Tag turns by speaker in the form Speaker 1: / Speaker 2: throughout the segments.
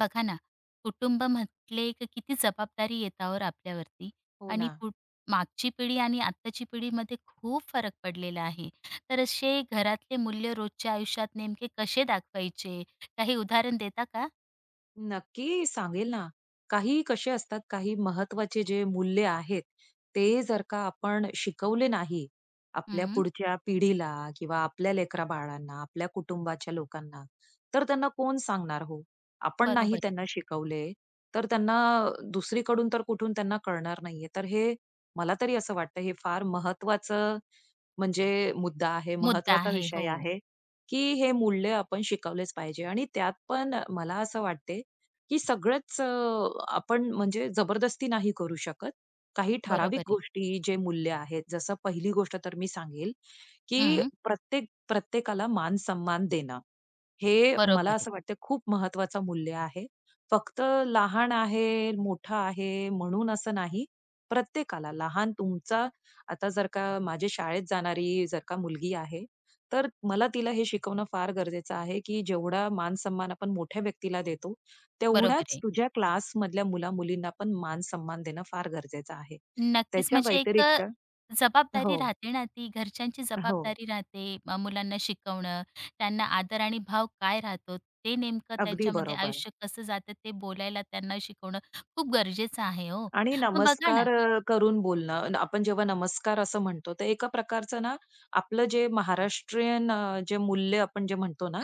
Speaker 1: बघा ना, कुटुंब म्हटले की किती जबाबदारी येते हो आपल्यावरती
Speaker 2: हो
Speaker 1: आणि
Speaker 2: ना.
Speaker 1: मागची पिढी आणि आत्ताची पिढीमध्ये खूप फरक पडलेला आहे. तर असे घरातले मूल्य रोजच्या आयुष्यात नेमके कसे दाखवायचे? काही उदाहरण देता का?
Speaker 2: नक्की सांगेल ना. काही कसे असतात, काही महत्वाचे जे मूल्य आहेत, ते जर का आपण शिकवले नाही आपल्या
Speaker 1: हं,
Speaker 2: पुढच्या पिढीला किंवा आपल्या लेकरा-बाळांना, आपल्या कुटुंबाच्या लोकांना, तर त्यांना कोण सांगणार हो? आपण नाही
Speaker 1: बरोबर आहे.
Speaker 2: त्यांना शिकवले, तर त्यांना दुसरीकडून तर कुठून त्यांना कळणार नाहीये. तर हे मला तरी असं वाटतं, हे फार महत्त्वाचं म्हणजे मुद्दा आहे,
Speaker 1: मुद्दा
Speaker 2: महत्त्वाचा
Speaker 1: आहे. हो,
Speaker 2: विषय आहे, की हे मूल्य आपण शिकवलेच पाहिजे आणि त्यात पण मला असं वाटते, की सगळंच आपण म्हणजे जबरदस्ती नाही करू शकत. काही
Speaker 1: बरोबर
Speaker 2: ठराविक
Speaker 1: आहे.
Speaker 2: गोष्टी जे मूल्य आहेत, जसं पहिली गोष्ट तर मी सांगेल, की
Speaker 1: हं,
Speaker 2: प्रत्येकाला मान-सन्मान देणं. हे
Speaker 1: बरोबर
Speaker 2: मला
Speaker 1: आहे.
Speaker 2: असं वाटतं खूप महत्वाचं मूल्य आहे. फक्त लहान आहे, मोठा आहे म्हणून असं नाही. प्रत्येकाला लहान तुमचा आता जर का माझी शाळेत जाणारी जर का मुलगी आहे, तर मला तिला हे शिकवणं फार गरजेचं आहे, की जेवढा मान-सन्मान आपण मोठ्या व्यक्तीला देतो,
Speaker 1: बरोबर
Speaker 2: तेवढाच
Speaker 1: आहे.
Speaker 2: तुझ्या क्लासमधल्या मुला-मुलींना पण मान-सन्मान देणं फार गरजेचं आहे.
Speaker 1: नक्कीच.
Speaker 2: त्याच्या
Speaker 1: म्हणजे एक
Speaker 2: व्यतिरिक्त हो,
Speaker 1: जबाबदारी राहते ना ती घरच्यांची
Speaker 2: हो.
Speaker 1: जबाबदारी राहते. मुलांना शिकवणं, त्यांना आदर आणि भाव काय राहतो, ते नेमकं
Speaker 2: अगदी
Speaker 1: त्यांच्यामध्ये
Speaker 2: बरोबर.
Speaker 1: आयुष्य कसं जातं ते बोलायला त्यांना शिकवणं खूप गरजेचं आहे हो.
Speaker 2: आणि
Speaker 1: मग बघा ना.
Speaker 2: नमस्कार करून बोलणं. आपण जेव्हा नमस्कार असं म्हणतो, तर एका प्रकारचं ना, आपलं जे महाराष्ट्रीयन जे मूल्य आपण जे म्हणतो ना,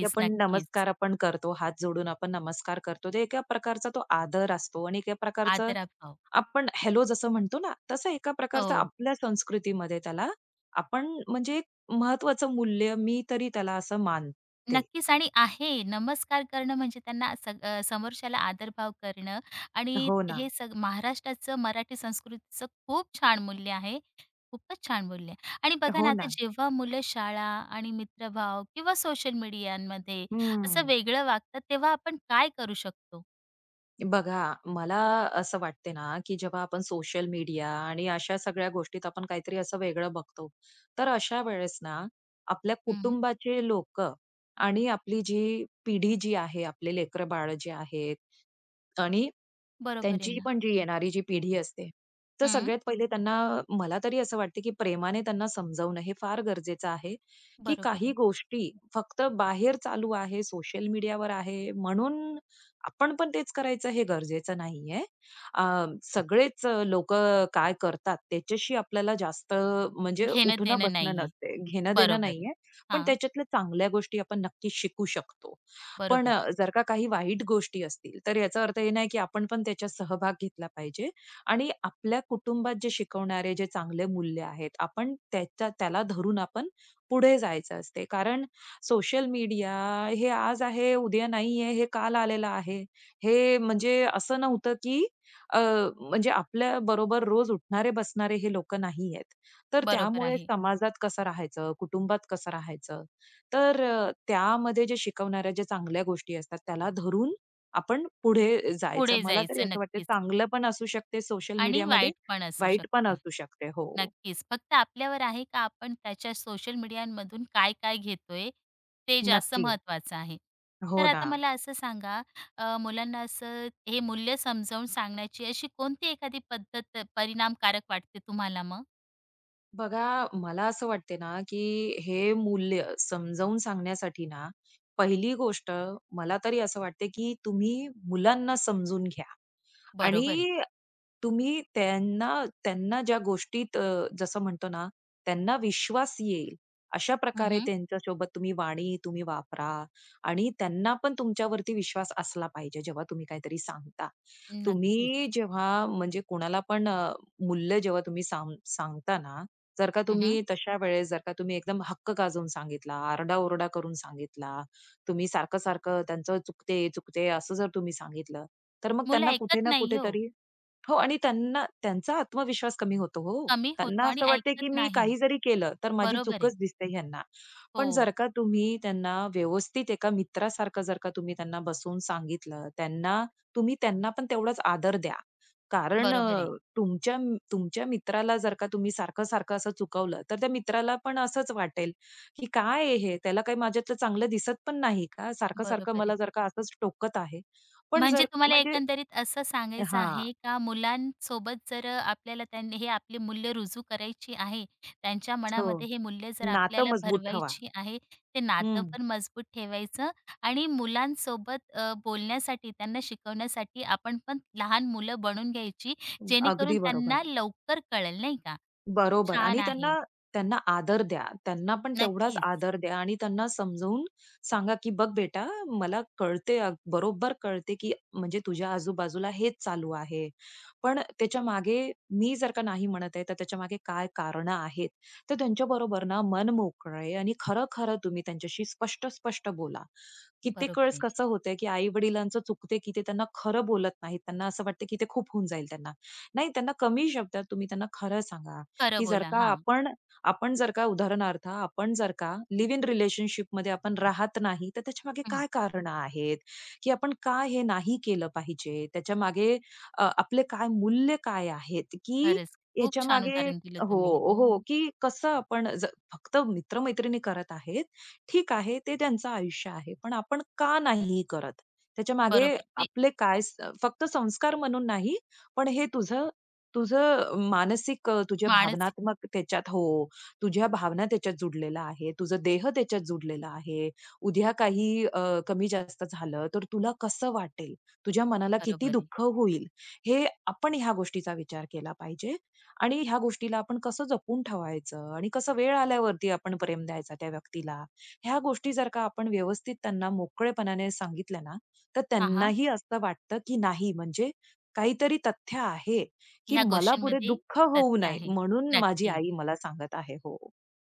Speaker 2: की आपण
Speaker 1: नक्कीच.
Speaker 2: नमस्कार आपण करतो, हात जोडून आपण नमस्कार करतो. ते एका प्रकारचा तो आदर असतो आणि एका प्रकारचं
Speaker 1: आदराभाव.
Speaker 2: आपण हॅलो जसं म्हणतो ना, तसं एका प्रकारचं
Speaker 1: हो.
Speaker 2: आपल्या संस्कृतीमध्ये त्याला आपण म्हणजे एक महत्त्वाचं मूल्य मी तरी त्याला असं मानते.
Speaker 1: नक्कीच आणि आहे. नमस्कार करणं म्हणजे त्यांना समोरच्याला आदरभाव करणं आणि
Speaker 2: हो ना.
Speaker 1: हे महाराष्ट्राचं मराठी संस्कृतीचं खूप छान मूल्य आहे. खूपच छान बोलले. आणि बघा ना,
Speaker 2: हो
Speaker 1: आता
Speaker 2: ना.
Speaker 1: जेव्हा मुलं शाळा आणि मित्रभाव किंवा सोशल मीडियामध्ये असं
Speaker 2: हं.
Speaker 1: वेगळं वागतात, तेव्हा आपण काय करू शकतो?
Speaker 2: बघा, मला असं वाटते ना, की जेव्हा आपण सोशल मीडिया आणि अशा सगळ्या गोष्टीत आपण काहीतरी असं वेगळं बघतो. तर अशा वेळेस ना, आपल्या
Speaker 1: हं,
Speaker 2: कुटुंबाचे लोक, आणि आपली जी पिढी आहे, आपले लेकर बाळं जे आहेत आणि
Speaker 1: बरोबर आहे
Speaker 2: त्यांची
Speaker 1: ना.
Speaker 2: पण जी येणारी पिढी असते, तर
Speaker 1: हं,
Speaker 2: सगळ्यात पहिले त्यांना मला तरी असं वाटतं, की प्रेमाने त्यांना समजावणं हे फार गरजेचं आहे, की
Speaker 1: बरोबर
Speaker 2: काही
Speaker 1: आहे.
Speaker 2: गोष्टी फक्त बाहेर चालू आहे, सोशल मीडियावर आहे म्हणून आपण पण तेच करायचं हे गरजेचं नाहीये. अ, सगळेच लोकं काय करतात त्याच्याशी आपल्याला जास्त म्हणजे
Speaker 1: घेणं-देणं
Speaker 2: उठणं-बसणं
Speaker 1: नाहीये.
Speaker 2: नसते, घेणं-देणं
Speaker 1: बरोबर आहे.
Speaker 2: नाहीये. पण
Speaker 1: हां,
Speaker 2: त्याच्यातल्या चांगल्या गोष्टी आपण नक्कीच शिकू शकतो. पण
Speaker 1: बरोबर आहे.
Speaker 2: जर का काही वाईट गोष्टी असतील, तर याचा अर्थ हे नाही की आपण पण त्याच्यात सहभाग घेतला पाहिजे आणि आपल्या कुटुंबात जे शिकवणारे जे चांगले मूल्य आहेत, आपण त्याला धरून आपण पुढे जायचं असते. कारण सोशल मीडिया हे आज आहे, उद्या नाहीये, हे काल आलेलं आहे. हे म्हणजे असं नव्हतं की अ, म्हणजे आपल्या बरोबर रोज उठणारे-बसणारे हे लोकं नाहीयेत. तर
Speaker 1: बरोबर
Speaker 2: त्यामुळे
Speaker 1: आहे.
Speaker 2: समाजात कसं राहायचं, कुटुंबात कसं राहायचं, तर त्यामध्ये जे शिकवणाऱ्या ज्या चांगल्या गोष्टी असतात, त्याला धरून आपण पुढे जायचं.
Speaker 1: पुढे
Speaker 2: मला तरी
Speaker 1: जायचं
Speaker 2: असं वाटतं
Speaker 1: नक्कीच.
Speaker 2: चांगलं पण असू शकते सोशल
Speaker 1: आणि
Speaker 2: मीडियामध्ये,
Speaker 1: वाईट पण असू
Speaker 2: वाईट पण
Speaker 1: शकतं.
Speaker 2: असू शकते. हो,
Speaker 1: नक्कीच. फक्त आपल्यावर आहे का आपण त्याच्या सोशल मीडियामधून काय-काय घेतोय, ते जास्त
Speaker 2: नक्की.
Speaker 1: महत्त्वाचं आहे. तर
Speaker 2: हो ना.
Speaker 1: आता मला असं सांगा, मुलांना असं हे मूल्य समजावून सांगण्याची अशी कोणती एखादी पद्धत परिणामकारक वाटते तुम्हाला मग?
Speaker 2: बघा, मला असं वाटते ना, की हे मूल्य समजावून सांगण्यासाठी ना, पहिली गोष्ट मला तरी असं वाटते, की तुम्ही मुलांना समजून घ्या.
Speaker 1: बरोबर आहे.
Speaker 2: आणि तुम्ही त्यांना त्यांना ज्या गोष्टीत जसं म्हणतो ना, त्यांना विश्वास येईल, अशा प्रकारे
Speaker 1: हं,
Speaker 2: त्यांच्यासोबत तुम्ही वाणी वापरा आणि त्यांना पण तुमच्यावरती विश्वास असला पाहिजे, जेव्हा तुम्ही काहीतरी सांगता. तुम्ही
Speaker 1: नक्कीच.
Speaker 2: जेव्हा म्हणजे कोणाला पण मूल्य जेव्हा तुम्ही सांगता ना, जर का
Speaker 1: हं,
Speaker 2: तुम्ही तशा वेळेस जर का तुम्ही एकदम हक्क गाजवून सांगितला, आरडाओरडा करून सांगितला, तुम्ही सारखं-सारखं त्यांचं चुकते, चुकते असं जर तुम्ही सांगितलं, तर मग
Speaker 1: मुलं
Speaker 2: त्यांना कुठे
Speaker 1: ऐकत
Speaker 2: ना
Speaker 1: नाही हो.
Speaker 2: कुठेतरी हो आणि त्यांना त्यांचा आत्मविश्वास कमी होतो हो.
Speaker 1: कमी होतो
Speaker 2: त्यांना
Speaker 1: आणि
Speaker 2: असं वाटते,
Speaker 1: ऐकत
Speaker 2: की मी
Speaker 1: नाही.
Speaker 2: काही जरी केलं, तर माझी
Speaker 1: बरोबर आहे.
Speaker 2: चूकच दिसते ह्यांना. पण
Speaker 1: हो.
Speaker 2: जर का तुम्ही त्यांना व्यवस्थित एका मित्रासारखं जर का तुम्ही त्यांना बसवून सांगितलं, त्यांना तुम्ही त्यांना पण तेवढाच आदर द्या. कारण
Speaker 1: बरोबर आहे.
Speaker 2: तुमच्या मित्राला जर का तुम्ही सारखं-सारखं असं चुकवलं, तर त्या मित्राला पण असंच वाटेल, की काय आहे हे? त्याला काही माझ्यातलं चांगलं दिसत पण नाही का? सारखं-सारखं
Speaker 1: बरोबर आहे.
Speaker 2: मला जर का असंच टोकत आहे. पण
Speaker 1: म्हणजे
Speaker 2: जर
Speaker 1: तुम्हाला
Speaker 2: म्हणजे
Speaker 1: एकंदरीत असं सांगायचं आहे
Speaker 2: हां.
Speaker 1: का मुलांसोबत जर आपल्याला त्यांनी हे आपली मूल्य रुजू करायची आहे, त्यांच्या
Speaker 2: हो.
Speaker 1: मनामध्ये हे मूल्य जर
Speaker 2: नातं
Speaker 1: आपल्याला
Speaker 2: मजबूत ठेवा.
Speaker 1: भरवायची आहे, ते नातं
Speaker 2: हं.
Speaker 1: पण मजबूत ठेवायचं आणि मुलांसोबत बोलण्यासाठी, त्यांना शिकवण्यासाठी आपण पण लहान मुलं बनून घ्यायची, जेणेकरून
Speaker 2: अगदी बरोबर.
Speaker 1: त्यांना लवकर कळेल, नाही का? खूप
Speaker 2: बरोबर
Speaker 1: छान
Speaker 2: आणि
Speaker 1: आहे.
Speaker 2: त्यांना त्यांना आदर द्या. त्यांना पण तेवढाच
Speaker 1: नक्कीच.
Speaker 2: आदर द्या आणि त्यांना समजावून सांगा, की "बघ बेटा, मला कळते, बरोबर कळते, की म्हणजे तुझ्या आजूबाजूला हेच चालू आहे. पण त्याच्यामागे मी जर का नाही म्हणत आहे, तर त्याच्यामागे काय कारणं आहेत?" तर त्यांच्याबरोबर ना मन मोकळे आणि खरं-खरं तुम्ही त्यांच्याशी स्पष्ट-स्पष्ट बोला. कित्येक
Speaker 1: बरोबर
Speaker 2: वेळेस
Speaker 1: आहे.
Speaker 2: कसं होतंय, की आई-वडिलांचं चुकते, की ते त्यांना खरं बोलत नाहीत. त्यांना असं वाटतं, की ते खूप होऊन जाईल त्यांना. नाही, त्यांना कमी शब्दात तुम्ही त्यांना खरं सांगा.
Speaker 1: खरं
Speaker 2: की जर
Speaker 1: बोला.
Speaker 2: का
Speaker 1: हां.
Speaker 2: आपण आपण जर का उदाहरणार्थ आपण जर का लिव्ह इन रिलेशनशिपमध्ये आपण राहत नाही, तर त्याच्या मागे
Speaker 1: हं.
Speaker 2: काय कारणं आहेत, की आपण का हे नाही केलं पाहिजे? त्याच्या मागे आपले काय मूल्य काय आहेत, की
Speaker 1: खरंच खूप
Speaker 2: याच्या
Speaker 1: छान
Speaker 2: मागे
Speaker 1: उदाहरण दिलं
Speaker 2: हो,
Speaker 1: तुम्ही. हो,
Speaker 2: हो, की कसं आपण ज फक्त मित्र करत आहेत, ठीक आहे, ते त्यांचं आयुष्य आहे. पण आपण का नाही करत? त्याच्यामागे
Speaker 1: बरोबर. ते
Speaker 2: आपले काय स फक्त संस्कार म्हणून नाही, पण हे तुझं तुझं मानसिक तुझ्या
Speaker 1: मानसिक.
Speaker 2: भावनात्मक त्याच्यात हो, तुझ्या भावना त्याच्यात जुडलेल्या आहे. तुझं देह त्याच्यात जुडलेला आहे. उद्या काही कमी-जास्त झालं, तर तुला कसं वाटेल? तुझ्या मनाला किती
Speaker 1: बरोबर आहे.
Speaker 2: दुःख होईल? हे आपण ह्या गोष्टीचा विचार केला पाहिजे आणि ह्या गोष्टीला आपण कसं जपून ठेवायचं आणि कसं वेळ आल्यावरती आपण प्रेम द्यायचा त्या व्यक्तीला. ह्या गोष्टी जर का आपण व्यवस्थित त्यांना मोकळेपणाने सांगितल्या ना, तर
Speaker 1: हां, हां.
Speaker 2: त्यांनाही असं वाटतं, की नाही म्हणजे काहीतरी तथ्य आहे. की
Speaker 1: ह्या
Speaker 2: मला पुढे
Speaker 1: गोष्टींमध्ये
Speaker 2: दुःख होऊ
Speaker 1: तथ्य
Speaker 2: नये
Speaker 1: आहे.
Speaker 2: म्हणून माझी
Speaker 1: नक्की.
Speaker 2: आई मला सांगत आहे. हो.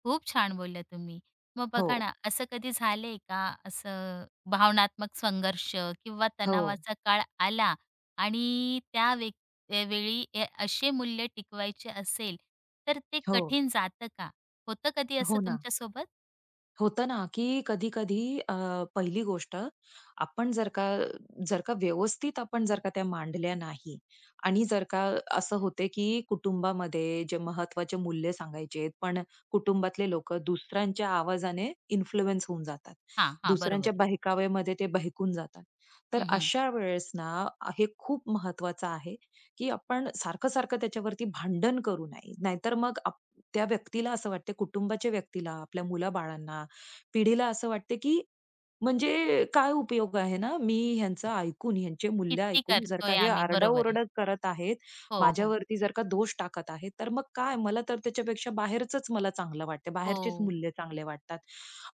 Speaker 1: खूप छान बोलल्या तुम्ही. मग
Speaker 2: हो.
Speaker 1: बघा ना, असं कधी झालंय का, असं भावनात्मक संघर्ष किंवा
Speaker 2: हो.
Speaker 1: तणावाचा काळ आला आणि त्या वेळी असे मूल्य टिकवायचे असेल, तर ते
Speaker 2: हो.
Speaker 1: कठीण जातं का? होतं कधी असं
Speaker 2: हो ना.
Speaker 1: तुमच्यासोबत?
Speaker 2: होतं ना, की कधी-कधी पहिली गोष्ट आपण जर का जर का व्यवस्थित आपण जर का त्या मांडल्या नाही आणि जर का असं होते, की कुटुंबामध्ये जे महत्वाचे मूल्य सांगायचे, पण कुटुंबातले लोकं दुसऱ्यांच्या आवाजाने इन्फ्लुअन्स होऊन जातात.
Speaker 1: हां, हां. बरोबर
Speaker 2: दुसऱ्यांच्या
Speaker 1: आहे.
Speaker 2: बहकाव्यामध्ये ते बहकून जातात. तर
Speaker 1: हं,
Speaker 2: अशा वेळेस ना, हे खूप महत्त्वाचं आहे, की आपण सारखं-सारखं त्याच्यावरती भांडण करू नये. नाहीतर मग आप त्या व्यक्तीला असं वाटते, कुटुंबाच्या व्यक्तीला, आपल्या मुलाबाळांना पिढीला असं वाटते की म्हणजे काय उपयोग आहे ना, मी ह्यांचं ऐकून, ह्यांचे मूल्य
Speaker 1: किती
Speaker 2: ऐकून जर का
Speaker 1: करतोय
Speaker 2: हे
Speaker 1: आम्ही. बरोबर आहे.
Speaker 2: आरडाओरडा करत आहेत,
Speaker 1: हो, हो.
Speaker 2: माझ्यावरती जर का दोष टाकत आहेत, तर मग काय मला तर त्याच्यापेक्षा बाहेरचंच मला चांगलं वाटतं. बाहेरचेच
Speaker 1: हो.
Speaker 2: मूल्य चांगले वाटतात.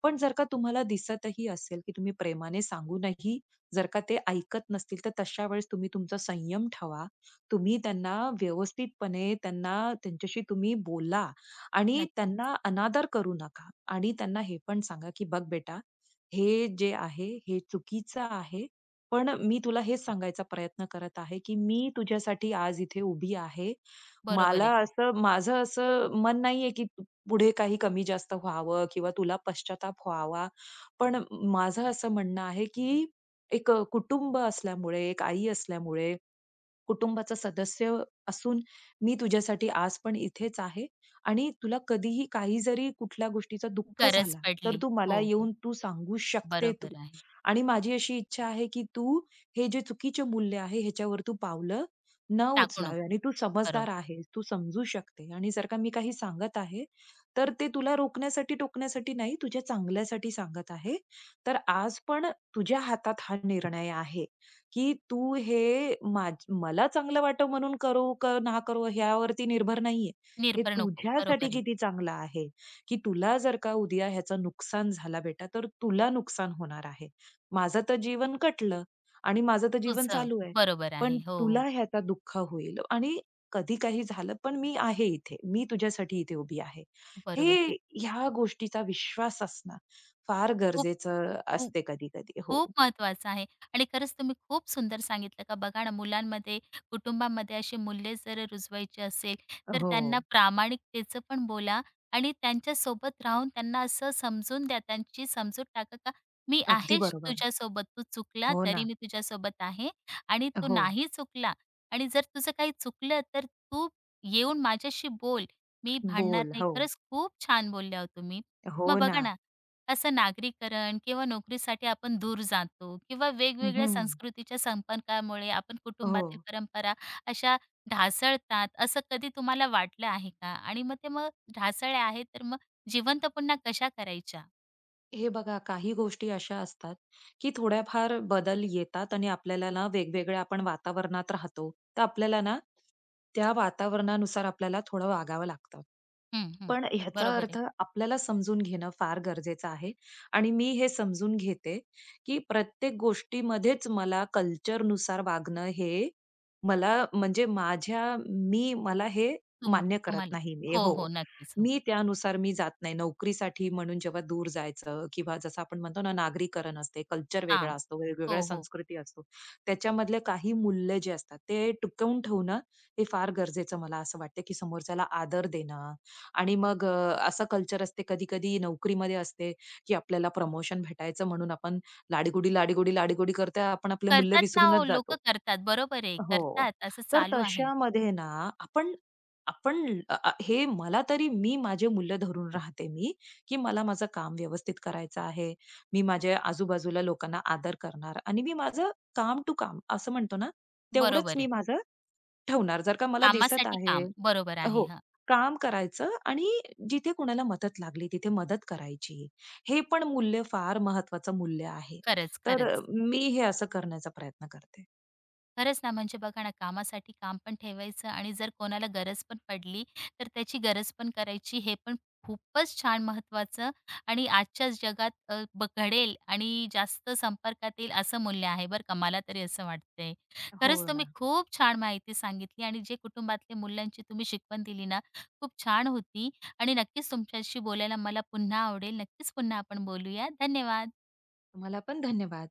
Speaker 2: पण जर का तुम्हाला दिसतही असेल, की तुम्ही प्रेमाने सांगूनही जर का ते ऐकत नसतील, तर तशा वेळेस तुम्ही तुमचा संयम ठेवा. तुम्ही त्यांना व्यवस्थितपणे त्यांना त्यांच्याशी तुम्ही बोला आणि
Speaker 1: नक्कीच.
Speaker 2: त्यांना अनादर करू नका आणि त्यांना हे पण सांगा, की "बघ बेटा, हे जे आहे हे चुकीचं आहे. पण मी तुला हेच सांगायचा प्रयत्न करत आहे, की मी तुझ्यासाठी आज इथे उभी आहे.
Speaker 1: बरोबर
Speaker 2: मला
Speaker 1: आहे.
Speaker 2: असं माझं असं मन नाहीये, की पुढे काही कमी-जास्त व्हावं किंवा तुला पश्चाताप व्हावा. पण माझं असं म्हणणं आहे, की एक कुटुंब असल्यामुळे, एक आई असल्यामुळे कुटुंबाचा सदस्य असून मी तुझ्यासाठी आज पण इथेच आहे आणि तुला कधीही काही जरी कुठल्या गोष्टीचा दुःख
Speaker 1: गरज
Speaker 2: झाला तर
Speaker 1: पडली.
Speaker 2: तू मला
Speaker 1: हो, हो.
Speaker 2: येऊन तू सांगू शकते तू.
Speaker 1: बरोबर आहे.
Speaker 2: आणि माझी अशी इच्छा आहे की तू हे जे चुकीचे मूल्य आहे ह्याच्यावर तू पावलं न
Speaker 1: टाकू
Speaker 2: उचलावे
Speaker 1: नको.
Speaker 2: आणि तू समजदार
Speaker 1: बरोबर.
Speaker 2: आहेस. तू समजू शकते आणि जर का मी काही सांगत आहे, तर ते तुला रोखण्यासाठी, टोकण्यासाठी नाही तुझ्या चांगल्यासाठी सांगत आहे. तर आज पण तुझ्या हातात हा निर्णय आहे. की तू हे माझ मला चांगलं वाटव म्हणून करू का ना करू ह्यावरती निर्भर नाहीये. हे
Speaker 1: निर्भर नको.
Speaker 2: तुझ्यासाठी
Speaker 1: बरोबर आहे.
Speaker 2: किती चांगलं आहे, की तुला जर का उद्या ह्याचं नुकसान झाला बेटा, तर तुला नुकसान होणार आहे. माझं तर जीवन कटलं आणि माझं तर जीवन
Speaker 1: तुझं.
Speaker 2: चालू आहे.
Speaker 1: बरोबर
Speaker 2: पण
Speaker 1: आहे. हो, हो.
Speaker 2: तुला ह्याचा दुःख होईल आणि कधी काही झालं, पण मी आहे इथे. मी तुझ्यासाठी इथे उभी आहे. हे
Speaker 1: बरोबर. की
Speaker 2: ह्या गोष्टीचा विश्वास असणं फार
Speaker 1: खूप
Speaker 2: गरजेचं
Speaker 1: खू
Speaker 2: असते कधी-कधी. हो.
Speaker 1: खूप महत्वाचं आहे आणि खरंच तुम्ही खूप सुंदर सांगितलं का. बघा ना, मुलांमध्ये कुटुंबामध्ये अशी मूल्ये जर रुजवायची असेल, तर
Speaker 2: हो.
Speaker 1: त्यांना प्रामाणिकतेचं पण बोला आणि त्यांच्यासोबत राहून त्यांना असं समजून द्या. त्यांची समजून टाका का मी
Speaker 2: अगदी
Speaker 1: आहे.
Speaker 2: बरोबर.
Speaker 1: तुझ्यासोबत तू चुकला
Speaker 2: हो
Speaker 1: तरी
Speaker 2: ना.
Speaker 1: मी तुझ्यासोबत आहे आणि तू
Speaker 2: हो.
Speaker 1: नाही चुकला. आणि जर तुझं काही चुकलं, तर तू येऊन माझ्याशी बोल. मी भांडणार
Speaker 2: बोल.
Speaker 1: नाही.
Speaker 2: हो.
Speaker 1: खरंच खूप छान बोलल्या हो तुम्ही.
Speaker 2: हो
Speaker 1: मग
Speaker 2: ना.
Speaker 1: बघा ना, असं नागरीकरण किंवा नोकरीसाठी आपण दूर जातो किंवा
Speaker 2: हं,
Speaker 1: वेगवेगळ्या
Speaker 2: हं.
Speaker 1: संस्कृतीच्या संपर्कामुळे आपण
Speaker 2: हो.
Speaker 1: कुटुंबातील परंपरा अशा ढासळतात, असं कधी तुम्हाला वाटलं आहे का? आणि मग ते मग ढासळल्या आहेत, तर मग जिवंत पुन्हा कशा करायच्या?
Speaker 2: हे बघा काही गोष्टी अशा असतात, की थोड्याफार बदल येतात आणि आपल्याला ना वेगवेगळ्या आपण वातावरणात राहतो. तर आपल्याला ना, त्या वातावरणानुसार आपल्याला थोडं वागावं लागतं.
Speaker 1: हं, हं.
Speaker 2: पण ह्याचा
Speaker 1: बरोबर आहे.
Speaker 2: अर्थ आपल्याला समजून घेणं फार गरजेचं आहे आणि मी हे समजून घेते, की प्रत्येक गोष्टीमध्येच मला कल्चरनुसार वागणं हे मला म्हणजे माझ्या मी मला हे
Speaker 1: तुम
Speaker 2: मान्य करत
Speaker 1: तुम्हाला.
Speaker 2: नाही मी.
Speaker 1: हो,
Speaker 2: हो.
Speaker 1: हो. नक्कीच. हो.
Speaker 2: मी त्यानुसार जात नाही. नोकरीसाठी म्हणून जेव्हा दूर जायचं किंवा जसं आपण म्हणतो ना, नागरीकरण असते, कल्चर
Speaker 1: हां.
Speaker 2: वेगळा असतो, वेगवेगळ्या
Speaker 1: हो, हो.
Speaker 2: संस्कृती असतो. त्याच्यामधले काही मूल्य जे असतात ते टिकवून ठेवणं हे फार गरजेचं मला असं वाटतं, की समोरच्याला आदर देणं आणि मग असं कल्चर असते कधी-कधी नोकरीमध्ये असते, की आपल्याला प्रमोशन भेटायचं म्हणून आपण लाडी-गोडी, आपण आपले मूल्य
Speaker 1: करतात ना हो,
Speaker 2: विसरूनच
Speaker 1: लोकं
Speaker 2: जातो.
Speaker 1: करतात. बरोबर आहे.
Speaker 2: हो.
Speaker 1: करतात. असं
Speaker 2: तर
Speaker 1: चालू आहे.
Speaker 2: तशामध्ये ना आपण आपण अ, अ, हे मला तरी मी माझे मूल्य धरून राहते मी, की मला माझं काम व्यवस्थित करायचं आहे. मी माझ्या आजूबाजूला लोकांना आदर करणार आणि मी माझं काम टू काम असं म्हणतो ना, तेवढंच
Speaker 1: बरोबर
Speaker 2: मी
Speaker 1: आहे.
Speaker 2: माझं ठेवणार. जर का मला दिसत
Speaker 1: कामासाठी
Speaker 2: आहे
Speaker 1: काम. बरोबर आहे.
Speaker 2: हो.
Speaker 1: हां.
Speaker 2: काम करायचं आणि जिथे कुणाला मदत लागली तिथे मदत करायची. हे पण मूल्य फार महत्वाचं मूल्य आहे.
Speaker 1: खरंच,
Speaker 2: तर
Speaker 1: खरंच.
Speaker 2: मी हे असं करण्याचा प्रयत्न करते.
Speaker 1: खरंच ना, म्हणजे बघा ना, कामासाठी काम पण ठेवायचं आणि जर कोणाला गरज पण पडली, तर त्याची गरज पण करायची. हे पण खूपच छान महत्त्वाचं. आणि आजच्या जगात ब घडेल आणि जास्त संपर्कात येईल असं मूल्य आहे बरं का, मला तरी असं वाटतंय.
Speaker 2: हो
Speaker 1: खरंच तुम्ही
Speaker 2: ना.
Speaker 1: खूप छान माहिती सांगितली आणि जे कुटुंबातल्या मूल्यांची तुम्ही शिकवण दिली ना, खूप छान होती आणि नक्कीच तुमच्याशी बोलायला मला पुन्हा आवडेल. नक्कीच पुन्हा आपण बोलूया. धन्यवाद.
Speaker 2: तुम्हाला पण धन्यवाद.